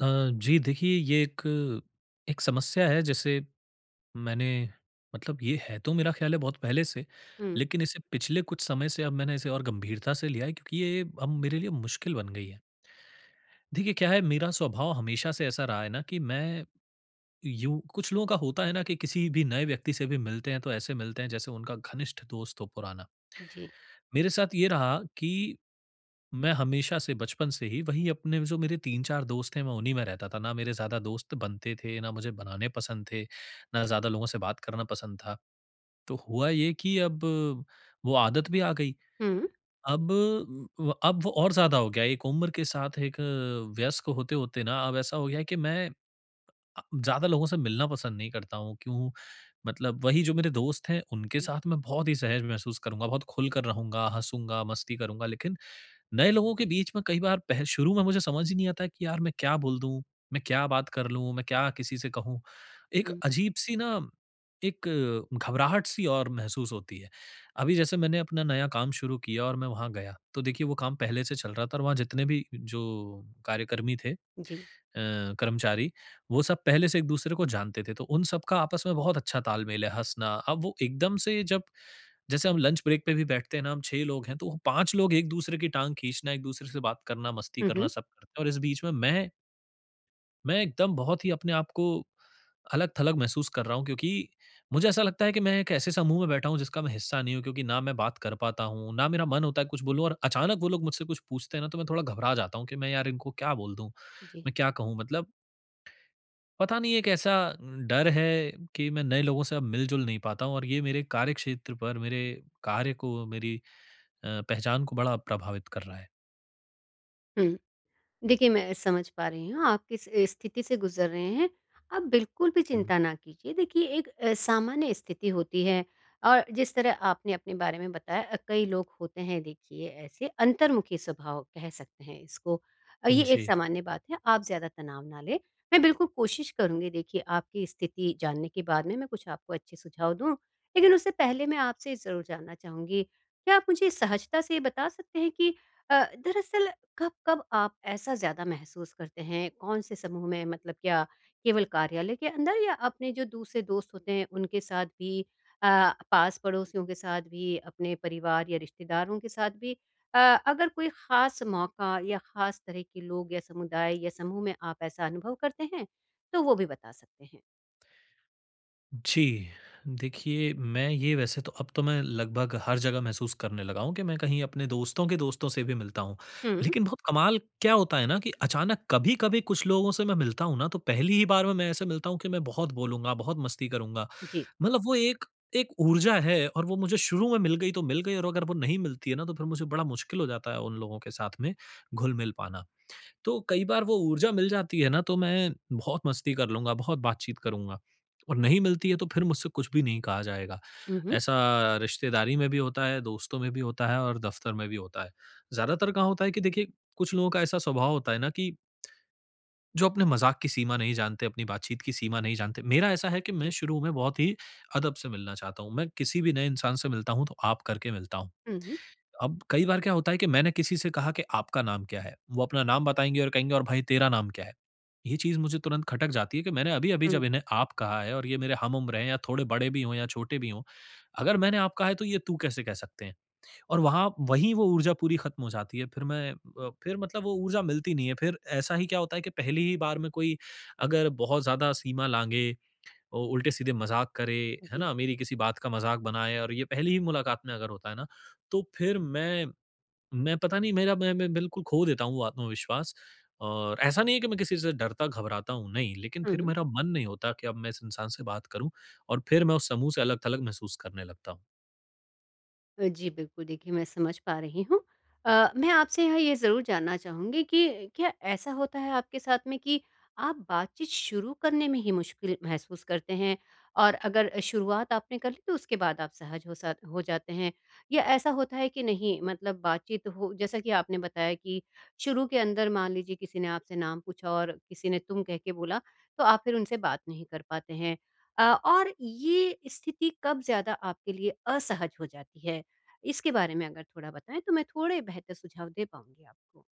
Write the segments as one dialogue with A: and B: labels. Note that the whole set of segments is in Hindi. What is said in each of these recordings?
A: अ, जी देखिए, ये एक एक समस्या है। जैसे मैंने, मतलब, ये है तो मेरा ख़्याल है बहुत पहले से,
B: हुँ,
A: लेकिन इसे पिछले कुछ समय से अब मैंने इसे और गंभीरता से लिया है, क्योंकि ये अब मेरे लिए मुश्किल बन गई है। देखिए क्या है, मेरा स्वभाव हमेशा से ऐसा रहा है ना, कि मैं, यूँ कुछ लोगों का होता है ना, कि किसी भी नए व्यक्ति से भी मिलते हैं तो ऐसे मिलते हैं जैसे उनका घनिष्ठ दोस्त हो पुराना।
B: जी।
A: मेरे साथ ये रहा कि मैं हमेशा से बचपन से ही वही अपने, जो मेरे 3-4 दोस्त हैं, मैं उन्हीं में रहता था। ना मेरे ज़्यादा दोस्त बनते थे, ना मुझे बनाने पसंद थे, ना ज़्यादा लोगों से बात करना पसंद था। तो हुआ ये कि अब वो आदत भी आ गई।
B: हुँ।
A: अब व अब वो और ज़्यादा हो गया। एक उम्र के साथ, एक वयस्क होते-होते ना, अब ऐसा हो गया है कि मैं ज़्यादा लोगों से मिलना पसंद नहीं करता हूँ। क्यों? मतलब वही जो मेरे दोस्त हैं उनके
B: जी।
A: साथ मैं बहुत ही सहज महसूस करूँगा, बहुत खुलकर रहूँगा, हँसूँगा, मस्ती करूँगा, लेकिन नए लोगों के बीच में कई बार पह शुरू में मुझे समझ ही नहीं आता कि यार मैं क्या बोल दूँ? मैं क्या बात कर लूँ? मैं क्या किसी से कहूँ? एक
B: हुँ,
A: अजीब-सी ना, एक घबराहट-सी और महसूस होती है। अभी जैसे मैंने अपना नया काम शुरू किया और मैं वहाँ गया, तो देखिए वो काम पहले से चल रहा था, और वहाँ जितने भी जो कार्यकर्मी थे,
B: जी।
A: कर्मचारी, वो सब पहले से एक-दूसरे को जानते थे, तो उन सबका आपस में बहुत अच्छा तालमेल है, हँसना। अब वो एकदम से, जब जैसे हम लंच ब्रेक पे भी बैठते हैं ना, हम 6 लोग हैं, तो 5 लोग एक-दूसरे की टाँग खींचना, एक-दूसरे से बात करना, मस्ती
B: हुँ,
A: करना
B: हुँ।
A: सब करते हैं, और इस बीच में मैं एकदम बहुत ही अपने आप को अलग-थलग महसूस कर रहा हूँ, क्योंकि मुझे ऐसा लगता है कि मैं एक ऐसे समूह में बैठा हूँ जिसका मैं हिस्सा नहीं हूँ, क्योंकि ना मैं बात कर पाता हूँ, ना मेरा मन होता है कुछ बोलूँ, और अचानक वो लोग मुझसे कुछ पूछते हैं ना, तो मैं थोड़ा घबरा जाता हूँ कि मैं यार इनको क्या बोल दूँ?
B: जी।
A: मैं क्या कहूँ? मतलब पता नहीं, एक ऐसा डर है कि मैं नए लोगों से अब मिल-जुल नहीं पाता हूँ, और ये मेरे कार्यक्षेत्र पर, मेरे कार्य को, मेरी पहचान को बड़ा प्रभावित कर रहा है।
B: हुँ। देखिए, मैं समझ पा रही हूँ आप किस स्थिति से गुज़र रहे हैं। आप बिल्कुल भी
A: हुँ।
B: चिंता ना कीजिए। देखिए, एक सामान्य स्थिति होती है। और जिस तरह आपने अपने बारे में बताया, कई लोग होते हैं देखिए ऐसे अंतर्मुखी स्वभाव कह सकते हैं इसको। ये एक
A: जी।
B: सामान्य बात है, आप ज़्यादा तनाव ना लें। मैं बिल्कुल कोशिश करूँगी, देखिए आपकी स्थिति जानने के बाद में मैं कुछ आपको अच्छे सुझाव दूँ। लेकिन उससे पहले मैं आपसे ज़रूर जानना चाहूँगी, क्या आप मुझे सहजता से ये बता सकते हैं कि दरअसल कब-कब आप ऐसा ज़्यादा महसूस करते हैं? कौन-से समूह में, मतलब क्या केवल कार्यालय के अंदर या अपने जो दूसरे दोस्त होते हैं उनके साथ भी, अ, पास-पड़ोसियों के साथ भी, अपने परिवार या रिश्तेदारों के साथ भी? अ, अगर कोई ख़ास मौका या ख़ास तरह के लोग या समुदाय या समूह में आप ऐसा अनुभव करते हैं, तो वो भी बता सकते हैं।
A: जी, देखिए, मैं ये वैसे तो अब तो मैं लगभग हर जगह महसूस करने लगा हूँ, कि मैं कहीं अपने दोस्तों के दोस्तों से भी मिलता हूँ।
B: हुँ,
A: लेकिन बहुत कमाल क्या होता है ना, कि अचानक कभी-कभी कुछ लोगों से मैं मिलता हूँ ना, तो पहली ही बार में मैं ऐसे मिलता हूँ कि मैं बहुत बोलूँगा, बहुत मस्ती करूँगा।
B: जी।
A: मतलब वो एक एक ऊर्जा है, और वो मुझे शुरू में मिल गई तो मिल गई, और अगर वो नहीं मिलती है ना, तो फिर मुझे बड़ा मुश्किल हो जाता है उन लोगों के साथ में घुल-मिल पाना। तो कई बार वो ऊर्जा मिल जाती है ना, तो मैं बहुत मस्ती कर लूँगा, बहुत बातचीत करूँगा, और नहीं मिलती है तो फिर मुझसे कुछ भी नहीं कहा जाएगा।
B: हुँ, हुँ।
A: ऐसा रिश्तेदारी में भी होता है, दोस्तों में भी होता है, और दफ़्तर में भी होता है। ज़्यादातर कहाँ होता है कि देखिए, कुछ लोगों का ऐसा स्वभाव होता है ना, कि जो अपने मज़ाक की सीमा नहीं जानते, अपनी बातचीत की सीमा नहीं जानते। मेरा ऐसा है कि मैं
B: जी।
A: शुरू में बहुत ही अदब से मिलना चाहता हूँ। मैं किसी भी नए इंसान से मिलता हूँ तो आप करके मिलता हूँ।
B: हुँ, हुँ।
A: अब कई बार क्या होता है कि मैंने किसी से कहा कि आपका नाम क्या है? वो अपना नाम बताएँगे और कहेंगे, "और भाई तेरा नाम क्या है?" ये चीज़ मुझे तुरंत खटक जाती है, कि मैंने अभी-अभी
B: हुँ,
A: जब इन्हें आप कहा है, और ये मेरे हम उम्र हैं या थोड़े बड़े भी हों या छोटे भी हों, अगर मैंने आप कहा है तो ये तू कैसे कह सकते हैं? और वहाँ वहीं वो ऊर्जा पूरी खत्म हो जाती है। फिर मैं, फिर मतलब, वो ऊर्जा मिलती नहीं है। फिर ऐसा ही क्या होता है कि पहली ही बार में कोई अगर बहुत ज़्यादा सीमा लाँघे, ओ उल्टे-सीधे मज़ाक करे, है
B: जी।
A: ना? मेरी किसी बात का मज़ाक बनाए, और ये पहली ही मुलाकात में अगर होता है ना, तो फिर मैं पता नहीं मेरा मैं बिल्कुल खो देता हूँ वो आत्मविश्वास। और ऐसा नहीं है कि मैं किसी से डरता घबराता हूँ, नहीं। लेकिन फिर
B: हुँ।
A: मेरा मन नहीं होता कि अब मैं इस इंसान से बात करूँ, और फिर मैं उस समूह से अलग-थलग महसूस करने लगता हूँ।
B: जी, बिल्कुल, देखिए मैं समझ पा रही हूँ। मैं आपसे यहाँ ये ज़रूर जानना चाहूँगी कि क्या ऐसा होता है आपके साथ में कि आप बातचीत शुरू करने में ही मुश्किल महसूस करते हैं? और अगर शुरुआत आपने कर ली तो उसके बाद आप सहज हो सा हो जाते हैं? या ऐसा होता है कि नहीं, मतलब बातचीत हो, जैसा कि आपने बताया कि शुरू के अंदर मान लीजिए किसी ने आपसे नाम पूछा और किसी ने तुम कह के बोला, तो आप फिर उनसे बात नहीं कर पाते हैं। और ये स्थिति कब ज़्यादा आपके लिए असहज हो जाती है? इसके बारे में अगर थोड़ा बताएँ तो मैं थोड़े बेहतर सुझाव दे पाऊँगी आपको।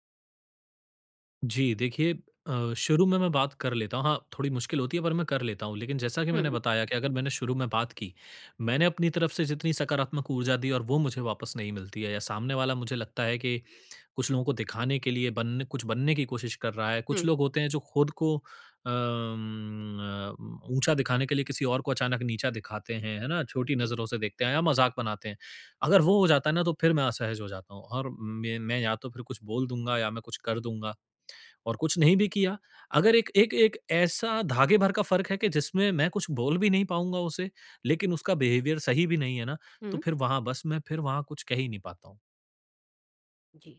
A: जी, देखिए शुरू में मैं बात कर लेता हूँ। हाँ, थोड़ी मुश्किल होती है पर मैं कर लेता हूँ। लेकिन जैसा कि मैंने
B: हुँ,
A: बताया, कि अगर मैंने शुरू में बात की, मैंने अपनी तरफ से जितनी सकारात्मक ऊर्जा दी और वो मुझे वापस नहीं मिलती है, या सामने वाला, मुझे लगता है कि कुछ लोगों को दिखाने के लिए बनने कुछ बनने की कोशिश कर रहा है। कुछ
B: हुँ,
A: लोग होते हैं जो खुद को ऊँचा दिखाने के लिए किसी और को अचानक नीचा दिखाते हैं, है ना? छोटी
B: जी।
A: नज़रों से देखते हैं या मज़ाक बनाते हैं। अगर वो हो जाता है ना, तो फिर मैं असहज हो जाता हूँ, और मैं या तो फिर कुछ बोल दूँगा या मैं कुछ कर दूँगा। और कुछ नहीं भी किया, अगर एक एक एक ऐसा धागे भर का फ़र्क है कि जिसमें मैं कुछ बोल भी नहीं पाऊँगा उसे, लेकिन उसका बिहेवियर सही भी नहीं है ना, तो
B: हुँ।
A: फिर वहाँ बस मैं फिर वहाँ कुछ कह ही नहीं पाता हूँ।
B: जी।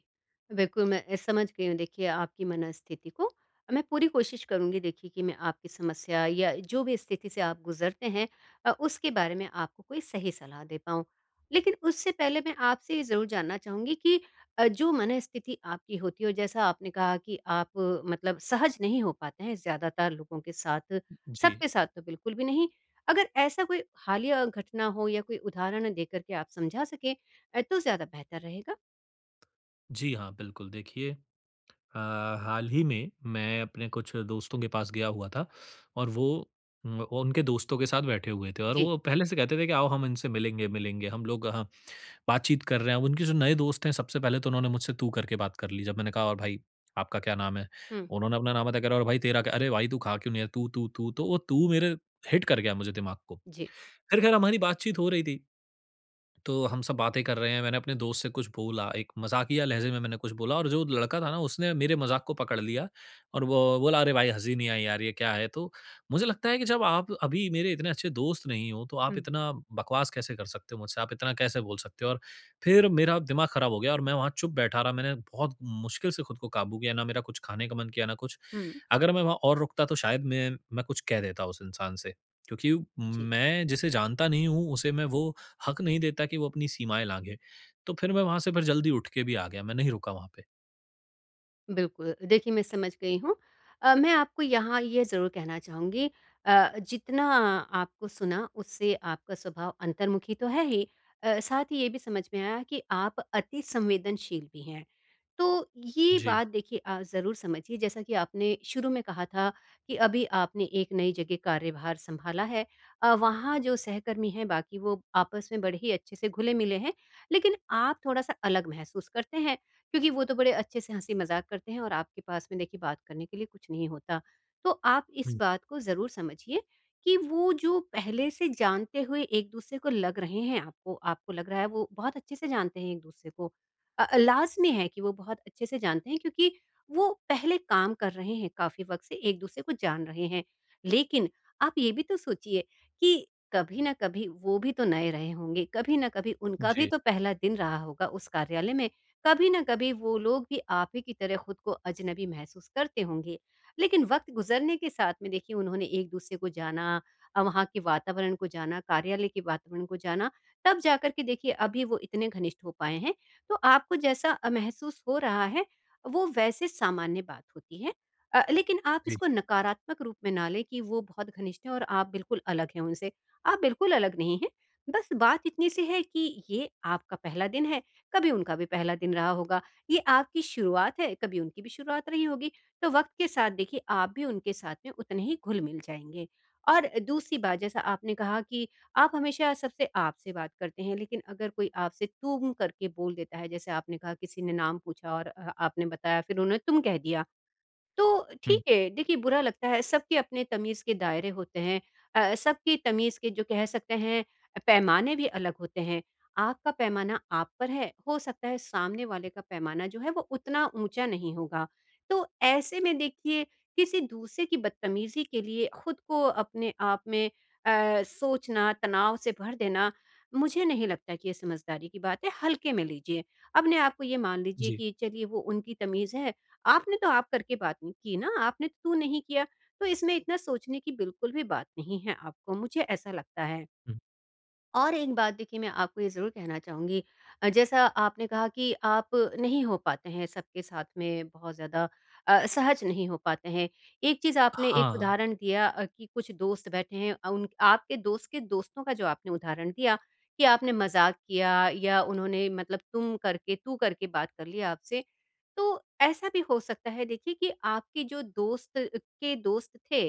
B: बिल्कुल, मैं समझ गई हूँ देखिए आपकी मनस्थिति को। मैं पूरी कोशिश करूँगी, देखिए कि मैं आपकी समस्या या जो भी स्थिति से आप गुज़रते हैं, उसके बारे में आपको कोई सही सलाह दे पाऊँ। लेकिन उससे पहले मैं आपसे ये ज़रूर जानना चाहूँगी कि जो मनस्थिति आपकी होती है और जैसा आपने कहा कि आप मतलब सहज नहीं हो पाते हैं ज़्यादातर लोगों के साथ,
A: जी।
B: सबके साथ तो बिल्कुल भी नहीं। अगर ऐसा कोई हालिया घटना हो या कोई उदाहरण देकर के आप समझा सकें, तो ज़्यादा बेहतर रहेगा।
A: जी हाँ, बिल्कुल देखिए, अ, हाल ही में मैं अपने कुछ दोस्तों के पास गया हुआ था, और वो उनके दोस्तों के साथ बैठे हुए थे, और
B: जी।
A: वो पहले से कहते थे कि आओ हम इनसे मिलेंगे, मिलेंगे हम लोग, हाँ, बातचीत कर रहे हैं। अब उनके जो नए दोस्त हैं, सबसे पहले तो उन्होंने मुझसे तू करके बात कर ली। जब मैंने कहा, "और भाई आपका क्या नाम है?",
B: हुँ,
A: उन्होंने अपना नाम बताया, कह रहे, "और भाई तेरा क्या? अरे भाई तू खा क्यों नहीं रहा?" तू, तू, तू, तो वो तू मेरे हिट कर गया मुझे दिमाग को।
B: जी।
A: फिर खैर हमारी बातचीत हो रही थी। तो हम सब बातें कर रहे हैं, मैंने अपने दोस्त से कुछ बोला, एक मज़ाकिया लहज़े में मैंने कुछ बोला, और जो लड़का था ना उसने मेरे मज़ाक को पकड़ लिया, और वो बोला, "अरे भाई हँसी नहीं आई यार, ये क्या है?" तो मुझे लगता है कि जब आप अभी मेरे इतने अच्छे दोस्त नहीं हो, तो आप
B: हुँ,
A: इतना बकवास कैसे कर सकते हो मुझसे? आप इतना कैसे बोल सकते हो? और फिर मेरा दिमाग ख़राब हो गया, और मैं वहाँ चुप बैठा रहा। मैंने बहुत मुश्किल से खुद को काबू किया, ना मेरा कुछ खाने का मन किया, ना कुछ।
B: हुँ,
A: अगर मैं वहाँ और रुकता तो शायद मैं कुछ कह देता उस इंसान से, क्योंकि
B: जी।
A: मैं जिसे जानता नहीं हूँ, उसे मैं वो हक नहीं देता कि वो अपनी सीमाएँ लाँघे। तो फिर मैं वहाँ से फिर जल्दी उठ के भी आ गया, मैं नहीं रुका वहाँ पे।
B: बिल्कुल, देखिए मैं समझ गई हूँ। मैं आपको यहाँ ये ज़रूर कहना चाहूँगी, जितना आपको सुना उससे आपका स्वभाव अंतर्मुखी तो है ही, साथ ही ये भी समझ में आया कि आप अति संवेदनशील भी हैं। तो ये
A: जी।
B: बात देखिए ज़रूर समझिए, जैसा कि आपने शुरू में कहा था कि अभी आपने एक नई जगह कार्यभार सँभाला है। वहाँ जो सहकर्मी हैं बाकी, वो आपस में बड़े ही अच्छे से घुले-मिले हैं, लेकिन आप थोड़ा-सा अलग महसूस करते हैं क्योंकि वो तो बड़े अच्छे से हँसी-मज़ाक करते हैं और आपके पास में देखिए बात करने के लिए कुछ नहीं होता। तो आप इस
A: हुँ,
B: बात को ज़रूर समझिए कि वो जो पहले से जानते हुए एक-दूसरे को लग रहे हैं आपको आपको लग रहा है वो बहुत अच्छे से जानते हैं एक-दूसरे को। लाज़मी है कि वो बहुत अच्छे से जानते हैं क्योंकि वो पहले काम कर रहे हैं, काफ़ी वक़्त से एक-दूसरे को जान रहे हैं। लेकिन आप ये भी तो सोचिए कि कभी न कभी वो भी तो नए रहे होंगे, कभी न कभी उनका भी
A: जी,
B: तो पहला दिन रहा होगा उस कार्यालय में। कभी ना कभी वो लोग भी आप ही की तरह खुद को अजनबी महसूस करते होंगे, लेकिन वक्त गुजरने के साथ में देखिए उन्होंने एक दूसरे को जाना, वहाँ के वातावरण को जाना, कार्यालय के वातावरण को जाना, तब जाकर के देखिए अभी वो इतने घनिष्ठ हो पाए हैं। तो आपको जैसा महसूस हो रहा है वो वैसे सामान्य बात होती है। लेकिन आप
A: जी,
B: इसको नकारात्मक रूप में ना लें कि वो बहुत घनिष्ठ हैं और आप बिल्कुल अलग हैं उनसे। आप बिल्कुल अलग नहीं हैं, बस बात इतनी सी है कि ये आपका पहला दिन है, कभी उनका भी पहला दिन रहा होगा। ये आपकी शुरुआत है, कभी उनकी भी शुरुआत रही होगी, तो वक़्त के साथ देखिए आप भी उनके साथ में उतने ही घुल-मिल जाएँगे। और दूसरी बात, जैसा आपने कहा कि आप हमेशा सबसे आप से बात करते हैं, लेकिन अगर कोई आपसे तुम करके बोल देता है, जैसे आपने कहा किसी ने नाम पूछा और आपने बताया फिर उन्होंने तुम कह दिया। तो
A: हुँ।
B: ठीक है, देखिए बुरा लगता है, सबके अपने तमीज़ के दायरे होते हैं। सबकी तमीज़ के, जो कह सकते हैं पैमाने भी अलग होते हैं। आपका पैमाना आप पर है, हो सकता है सामने वाले का पैमाना जो है वो उतना ऊँचा नहीं होगा। तो ऐसे में देखिए किसी दूसरे की बदतमीज़ी के लिए खुद को अपने आप में सोचना, तनाव से भर देना, मुझे नहीं लगता कि ये समझदारी की बात है, हल्के में लीजिए। अपने आप को ये मान लीजिए
A: जी।
B: कि चलिए वो उनकी तमीज़ है, आपने तो आप करके बात नहीं की ना, आपने तो तू नहीं किया, तो इसमें इतना सोचने की बिल्कुल भी बात नहीं है आपको, मुझे ऐसा लगता है।
A: हुँ।
B: और एक बात देखिए, मैं आपको ये ज़रूर कहना चाहूँगी, जैसा आपने कहा कि आप नहीं हो पाते हैं सबके साथ में बहुत ज़्यादा, सहज नहीं हो पाते हैं। एक चीज़ आपने एक
A: हाँ।
B: उदाहरण दिया, कि कुछ दोस्त बैठे हैं, उन आपके दोस्त के दोस्तों का जो आपने उदाहरण दिया कि आपने मज़ाक किया या उन्होंने मतलब तुम करके, तू करके बात कर ली आपसे। तो ऐसा भी हो सकता है देखिए कि आपके जो दोस्त के दोस्त थे,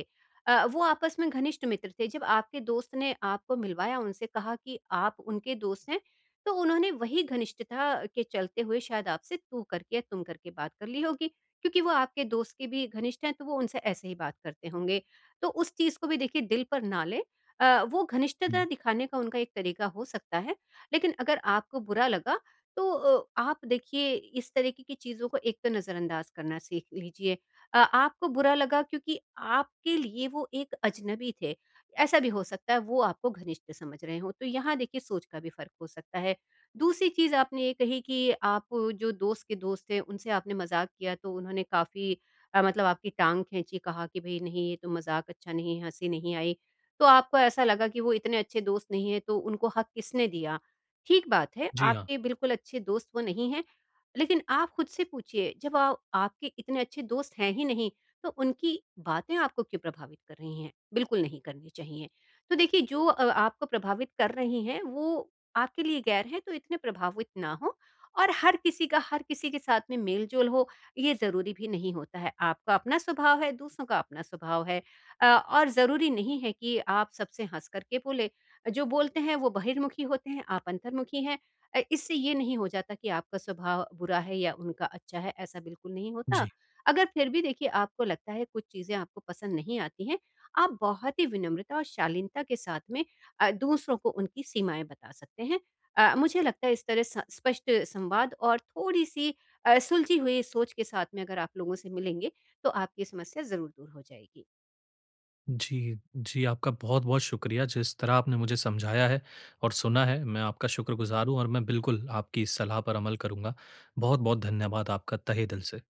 B: वो आपस में घनिष्ठ मित्र थे। जब आपके दोस्त ने आपको मिलवाया, उनसे कहा कि आप उनके दोस्त हैं, तो उन्होंने वही घनिष्ठता के चलते हुए शायद आपसे तू करके या तुम करके बात कर ली होगी, क्योंकि वो आपके दोस्त के भी घनिष्ठ हैं, तो वो उनसे ऐसे ही बात करते होंगे। तो उस चीज़ को भी देखिए दिल पर ना लें। वो घनिष्ठता
A: हुँ।
B: दिखाने का उनका एक तरीका हो सकता है, लेकिन अगर आपको बुरा लगा, तो आप देखिए इस तरीके की चीज़ों को एक तो नज़रअंदाज करना सीख लीजिए। आपको बुरा लगा क्योंकि आपके लिए वो एक अजनबी थे। ऐसा भी हो सकता है वो आपको घनिष्ठ समझ रहे हों, तो यहाँ देखिए सोच का भी फ़र्क हो सकता है। दूसरी चीज़ आपने ये कही कि आप जो दोस्त के दोस्त थे उनसे आपने मज़ाक किया तो उन्होंने काफ़ी मतलब आपकी टाँग खींची, कहा कि भई नहीं ये तो मज़ाक अच्छा नहीं, हँसी नहीं आई। तो आपको ऐसा लगा कि वो इतने अच्छे दोस्त नहीं हैं तो उनको हक किसने दिया? ठीक बात है,
A: जी हाँ।
B: आपके बिल्कुल अच्छे दोस्त वो नहीं हैं। लेकिन आप खुद से पूछिए, जब आपके इतने अच्छे दोस्त हैं ही नहीं, तो उनकी बातें आपको क्यों प्रभावित कर रही हैं? बिल्कुल नहीं करनी चाहिए। तो देखिए जो आपको प्रभावित कर रही हैं वो आपके लिए गैर हैं, तो इतने प्रभावित ना हो। और हर किसी का हर किसी के साथ में मेल जोल हो, ये ज़रूरी भी नहीं होता है। आपका अपना स्वभाव है, दूसरों का अपना स्वभाव है। और ज़रूरी नहीं है कि आप सबसे हंस करके बोले। जो बोलते हैं वो बहिर्मुखी होते हैं, आप अंतर्मुखी हैं। इससे ये नहीं हो जाता कि आपका स्वभाव बुरा है या उनका अच्छा है, ऐसा बिल्कुल नहीं होता।
A: जी।
B: अगर फिर भी देखिए आपको लगता है कुछ चीज़ें आपको पसंद नहीं आती हैं, आप बहुत ही विनम्रता और शालीनता के साथ में दूसरों को उनकी सीमाएँ बता सकते हैं। मुझे लगता है इस तरह स स्पष्ट संवाद और थोड़ी-सी सुलझी हुई सोच के साथ में अगर आप लोगों से मिलेंगे, तो आपकी समस्या ज़रूर दूर हो जाएगी।
A: जी, जी आपका बहुत-बहुत शुक्रिया, जिस तरह आपने मुझे समझाया है और सुना है, मैं आपका शुक्रगुज़ार हूँ, और मैं बिल्कुल आपकी इस सलाह पर अमल करूँगा। बहुत-बहुत धन्यवाद आपका, तहे दिल से।